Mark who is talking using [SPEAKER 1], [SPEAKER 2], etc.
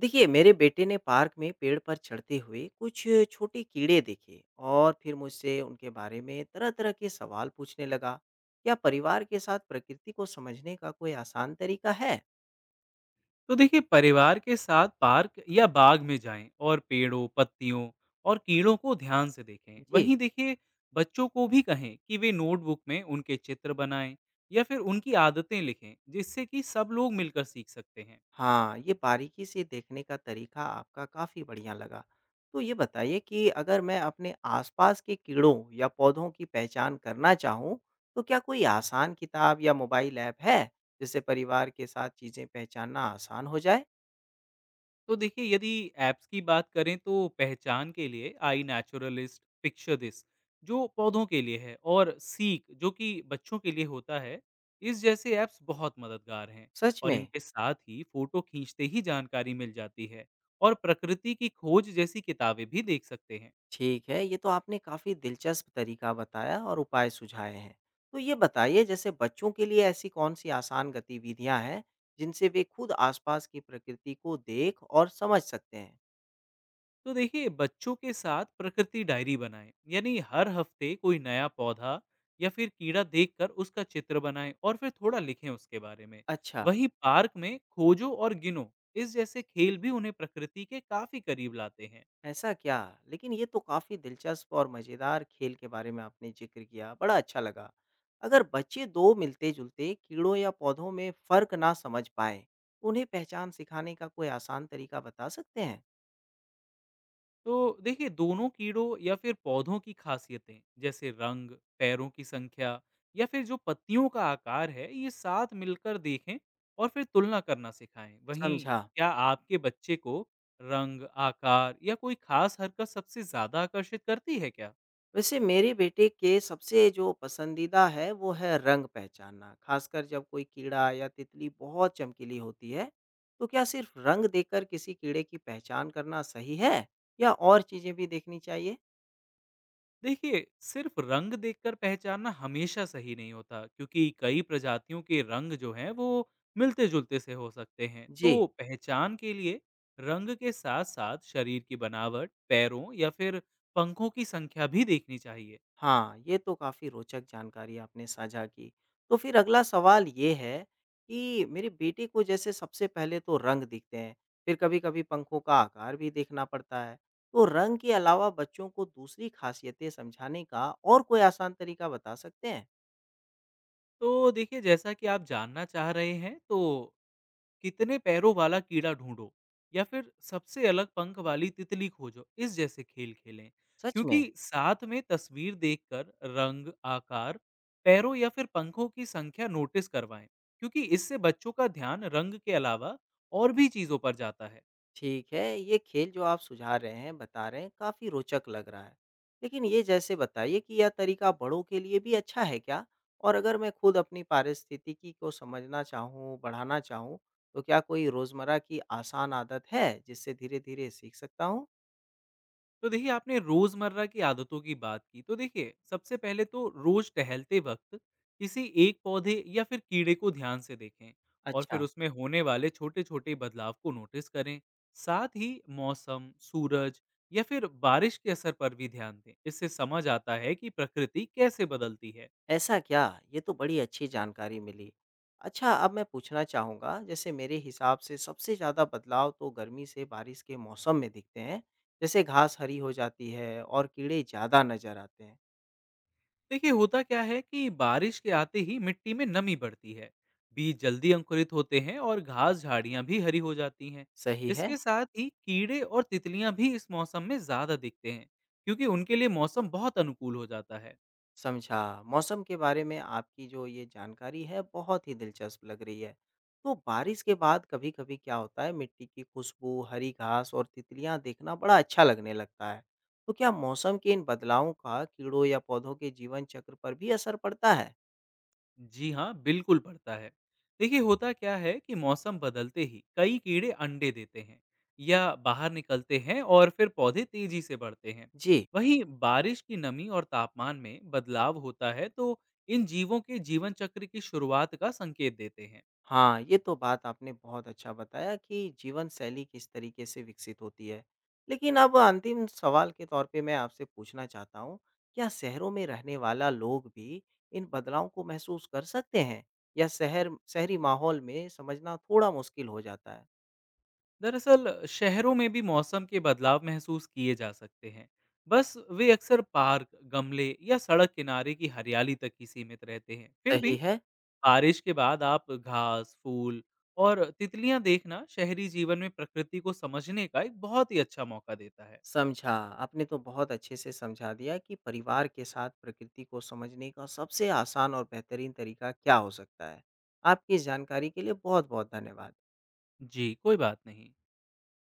[SPEAKER 1] देखिए मेरे बेटे ने पार्क में पेड़ पर चढ़ते हुए कुछ छोटे कीड़े देखे और फिर मुझसे उनके बारे में तरह तरह के सवाल पूछने लगा। क्या परिवार के साथ प्रकृति को समझने का कोई आसान तरीका है?
[SPEAKER 2] तो देखिए, परिवार के साथ पार्क या बाग में जाएं और पेड़ों, पत्तियों और कीड़ों को ध्यान से देखें।
[SPEAKER 1] जी।
[SPEAKER 2] वहीं देखिए, बच्चों को भी कहें कि वे नोटबुक में उनके चित्र बनाएं या फिर उनकी आदतें लिखें, जिससे कि सब लोग मिलकर सीख सकते हैं।
[SPEAKER 1] हाँ, ये बारीकी से देखने का तरीका आपका काफ़ी बढ़िया लगा। तो ये बताइए कि अगर मैं अपने आसपास के कीड़ों या पौधों की पहचान करना चाहूँ तो क्या कोई आसान किताब या मोबाइल ऐप है जिससे परिवार के साथ चीज़ें पहचानना आसान हो जाए?
[SPEAKER 2] तो देखिए, यदि ऐप्स की बात करें तो पहचान के लिए आई नेचुरलिस्ट, पिक्चर दिस, जो पौधों के लिए है, और सीक, जो कि बच्चों के लिए होता है, इस जैसे ऐप्स बहुत मददगार हैं।
[SPEAKER 1] सच
[SPEAKER 2] और
[SPEAKER 1] में।
[SPEAKER 2] इनके साथ ही फोटो खींचते ही जानकारी मिल जाती है, और प्रकृति की खोज जैसी किताबें भी देख सकते हैं।
[SPEAKER 1] ठीक है, ये तो आपने काफ़ी दिलचस्प तरीका बताया और उपाय सुझाए हैं। तो ये बताइए जैसे बच्चों के लिए ऐसी कौन-सी आसान गतिविधियाँ हैं, जिनसे वे खुद आसपास की प्रकृति को देख और समझ सकते हैं?
[SPEAKER 2] तो देखिए, बच्चों के साथ प्रकृति डायरी बनाएं, यानी हर हफ्ते कोई नया पौधा या फिर कीड़ा देखकर उसका चित्र बनाएं और फिर थोड़ा लिखें उसके बारे में।
[SPEAKER 1] अच्छा।
[SPEAKER 2] वहीं पार्क में खोजो और गिनो, इस जैसे खेल भी उन्हें प्रकृति के काफी करीब लाते हैं।
[SPEAKER 1] ऐसा क्या? लेकिन ये तो काफ़ी दिलचस्प और मज़ेदार खेल के बारे में आपने ज़िक्र किया, बड़ा अच्छा लगा। अगर बच्चे 2 मिलते-जुलते कीड़ों या पौधों में फ़र्क ना समझ पाएँ, उन्हें पहचान सिखाने का कोई आसान तरीका बता सकते हैं?
[SPEAKER 2] तो देखिए, दोनों कीड़ों या फिर पौधों की खासियतें, जैसे रंग, पैरों की संख्या, या फिर जो पत्तियों का आकार है, ये साथ मिलकर देखें और फिर तुलना करना सिखाएं। वहीं
[SPEAKER 1] समझा।
[SPEAKER 2] क्या आपके बच्चे को रंग, आकार या कोई खास हरकत सबसे ज्यादा आकर्षित करती है क्या?
[SPEAKER 1] वैसे मेरे बेटे के सबसे जो पसंदीदा है वो है रंग पहचानना, खासकर जब कोई कीड़ा या तितली बहुत चमकीली होती है। तो क्या सिर्फ रंग देखकर किसी कीड़े की पहचान करना सही है या और चीजें भी देखनी चाहिए?
[SPEAKER 2] देखिए, सिर्फ रंग देखकर पहचानना हमेशा सही नहीं होता, क्योंकि कई प्रजातियों के रंग जो हैं वो मिलते जुलते से हो सकते हैं।
[SPEAKER 1] जी।
[SPEAKER 2] तो पहचान के लिए रंग के साथ साथ शरीर की बनावट, पैरों या फिर पंखों की संख्या भी देखनी चाहिए।
[SPEAKER 1] हाँ, ये तो काफ़ी रोचक जानकारी आपने साझा की। तो फिर अगला सवाल ये है कि मेरे बेटे को जैसे सबसे पहले तो रंग दिखते हैं, फिर कभी-कभी पंखों का आकार भी देखना पड़ता है। तो रंग के अलावा बच्चों को दूसरी खासियतें समझाने का और कोई आसान तरीका बता सकते हैं?
[SPEAKER 2] तो देखिए, जैसा कि आप जानना चाह रहे हैं, तो कितने पैरों वाला कीड़ा ढूंढो या फिर सबसे अलग पंख वाली तितली खोजो, इस जैसे खेल खेलें।
[SPEAKER 1] सच में?
[SPEAKER 2] क्योंकि साथ में तस्वीर देखकर रंग, आकार, पैरों या फिर पंखों की संख्या नोटिस करवाएं, क्योंकि इससे बच्चों का ध्यान रंग के अलावा और भी चीजों पर जाता है।
[SPEAKER 1] ठीक है, ये खेल जो आप सुझा रहे हैं, बता रहे हैं, काफ़ी रोचक लग रहा है। लेकिन ये जैसे बताइए कि यह तरीका बड़ों के लिए भी अच्छा है क्या? और अगर मैं खुद अपनी पारिस्थितिकी को समझना चाहूँ, बढ़ाना चाहूँ, तो क्या कोई रोज़मर्रा की आसान आदत है, जिससे धीरे-धीरे सीख सकता हूँ?
[SPEAKER 2] तो देखिए, आपने रोजमर्रा की आदतों की बात की, तो देखिए, सबसे पहले तो रोज टहलते वक्त किसी एक पौधे या फिर कीड़े को ध्यान से देखें, और फिर
[SPEAKER 1] अच्छा।
[SPEAKER 2] उसमें होने वाले छोटे छोटे बदलाव को नोटिस करें। साथ ही मौसम, सूरज या फिर बारिश के असर पर भी ध्यान दें। इससे समझ आता है कि प्रकृति कैसे बदलती है।
[SPEAKER 1] ऐसा क्या? ये तो बड़ी अच्छी जानकारी मिली। अच्छा, अब मैं पूछना चाहूँगा, जैसे मेरे हिसाब से सबसे ज़्यादा बदलाव तो गर्मी से बारिश के मौसम में दिखते हैं, जैसे घास हरी हो जाती है और कीड़े ज़्यादा नज़र आते हैं।
[SPEAKER 2] देखिए, होता क्या है कि बारिश के आते ही मिट्टी में नमी बढ़ती है, बीज जल्दी अंकुरित होते हैं और घास, झाड़ियां भी हरी हो जाती हैं।
[SPEAKER 1] सही है?
[SPEAKER 2] इसके साथ ही कीड़े और तितलियां भी इस मौसम में ज्यादा दिखते हैं, क्योंकि उनके लिए मौसम बहुत अनुकूल हो जाता है।
[SPEAKER 1] समझा। मौसम के बारे में आपकी जो ये जानकारी है बहुत ही दिलचस्प लग रही है। तो बारिश के बाद कभी-कभी क्या होता है मिट्टी की खुशबू, हरी घास और तितलियाँ देखना बड़ा अच्छा लगने लगता है। तो क्या मौसम के इन बदलावों का कीड़ों या पौधों के जीवन चक्र पर भी असर पड़ता है?
[SPEAKER 2] जी हाँ, बिल्कुल पड़ता है। देखिए, होता क्या है कि मौसम बदलते ही कई कीड़े अंडे देते हैं या बाहर निकलते हैं, और फिर पौधे तेजी से बढ़ते हैं।
[SPEAKER 1] जी।
[SPEAKER 2] वहीं बारिश की नमी और तापमान में बदलाव होता है, तो इन जीवों के जीवन चक्र की शुरुआत का संकेत देते हैं।
[SPEAKER 1] हाँ, ये तो बात आपने बहुत अच्छा बताया कि जीवनशैली किस तरीके से विकसित होती है। लेकिन अब अंतिम सवाल के तौर पे मैं आपसे पूछना चाहता हूँ, क्या शहरों में रहने वाला लोग भी इन बदलावों को महसूस कर सकते हैं? या शहर शहरी माहौल में समझना थोड़ा मुश्किल हो जाता है?
[SPEAKER 2] दरअसल शहरों में भी मौसम के बदलाव महसूस किए जा सकते हैं। बस वे अक्सर पार्क, गमले या सड़क किनारे की हरियाली तक ही सीमित रहते हैं। फिर भी
[SPEAKER 1] सही है।
[SPEAKER 2] बारिश के बाद आप घास, फूल और तितलियां देखना शहरी जीवन में प्रकृति को समझने का एक बहुत ही अच्छा मौका देता है।
[SPEAKER 1] समझा, आपने तो बहुत अच्छे से समझा दिया कि परिवार के साथ प्रकृति को समझने का सबसे आसान और बेहतरीन तरीका क्या हो सकता है। आपकी इस जानकारी के लिए बहुत-बहुत धन्यवाद।
[SPEAKER 2] जी, कोई बात नहीं।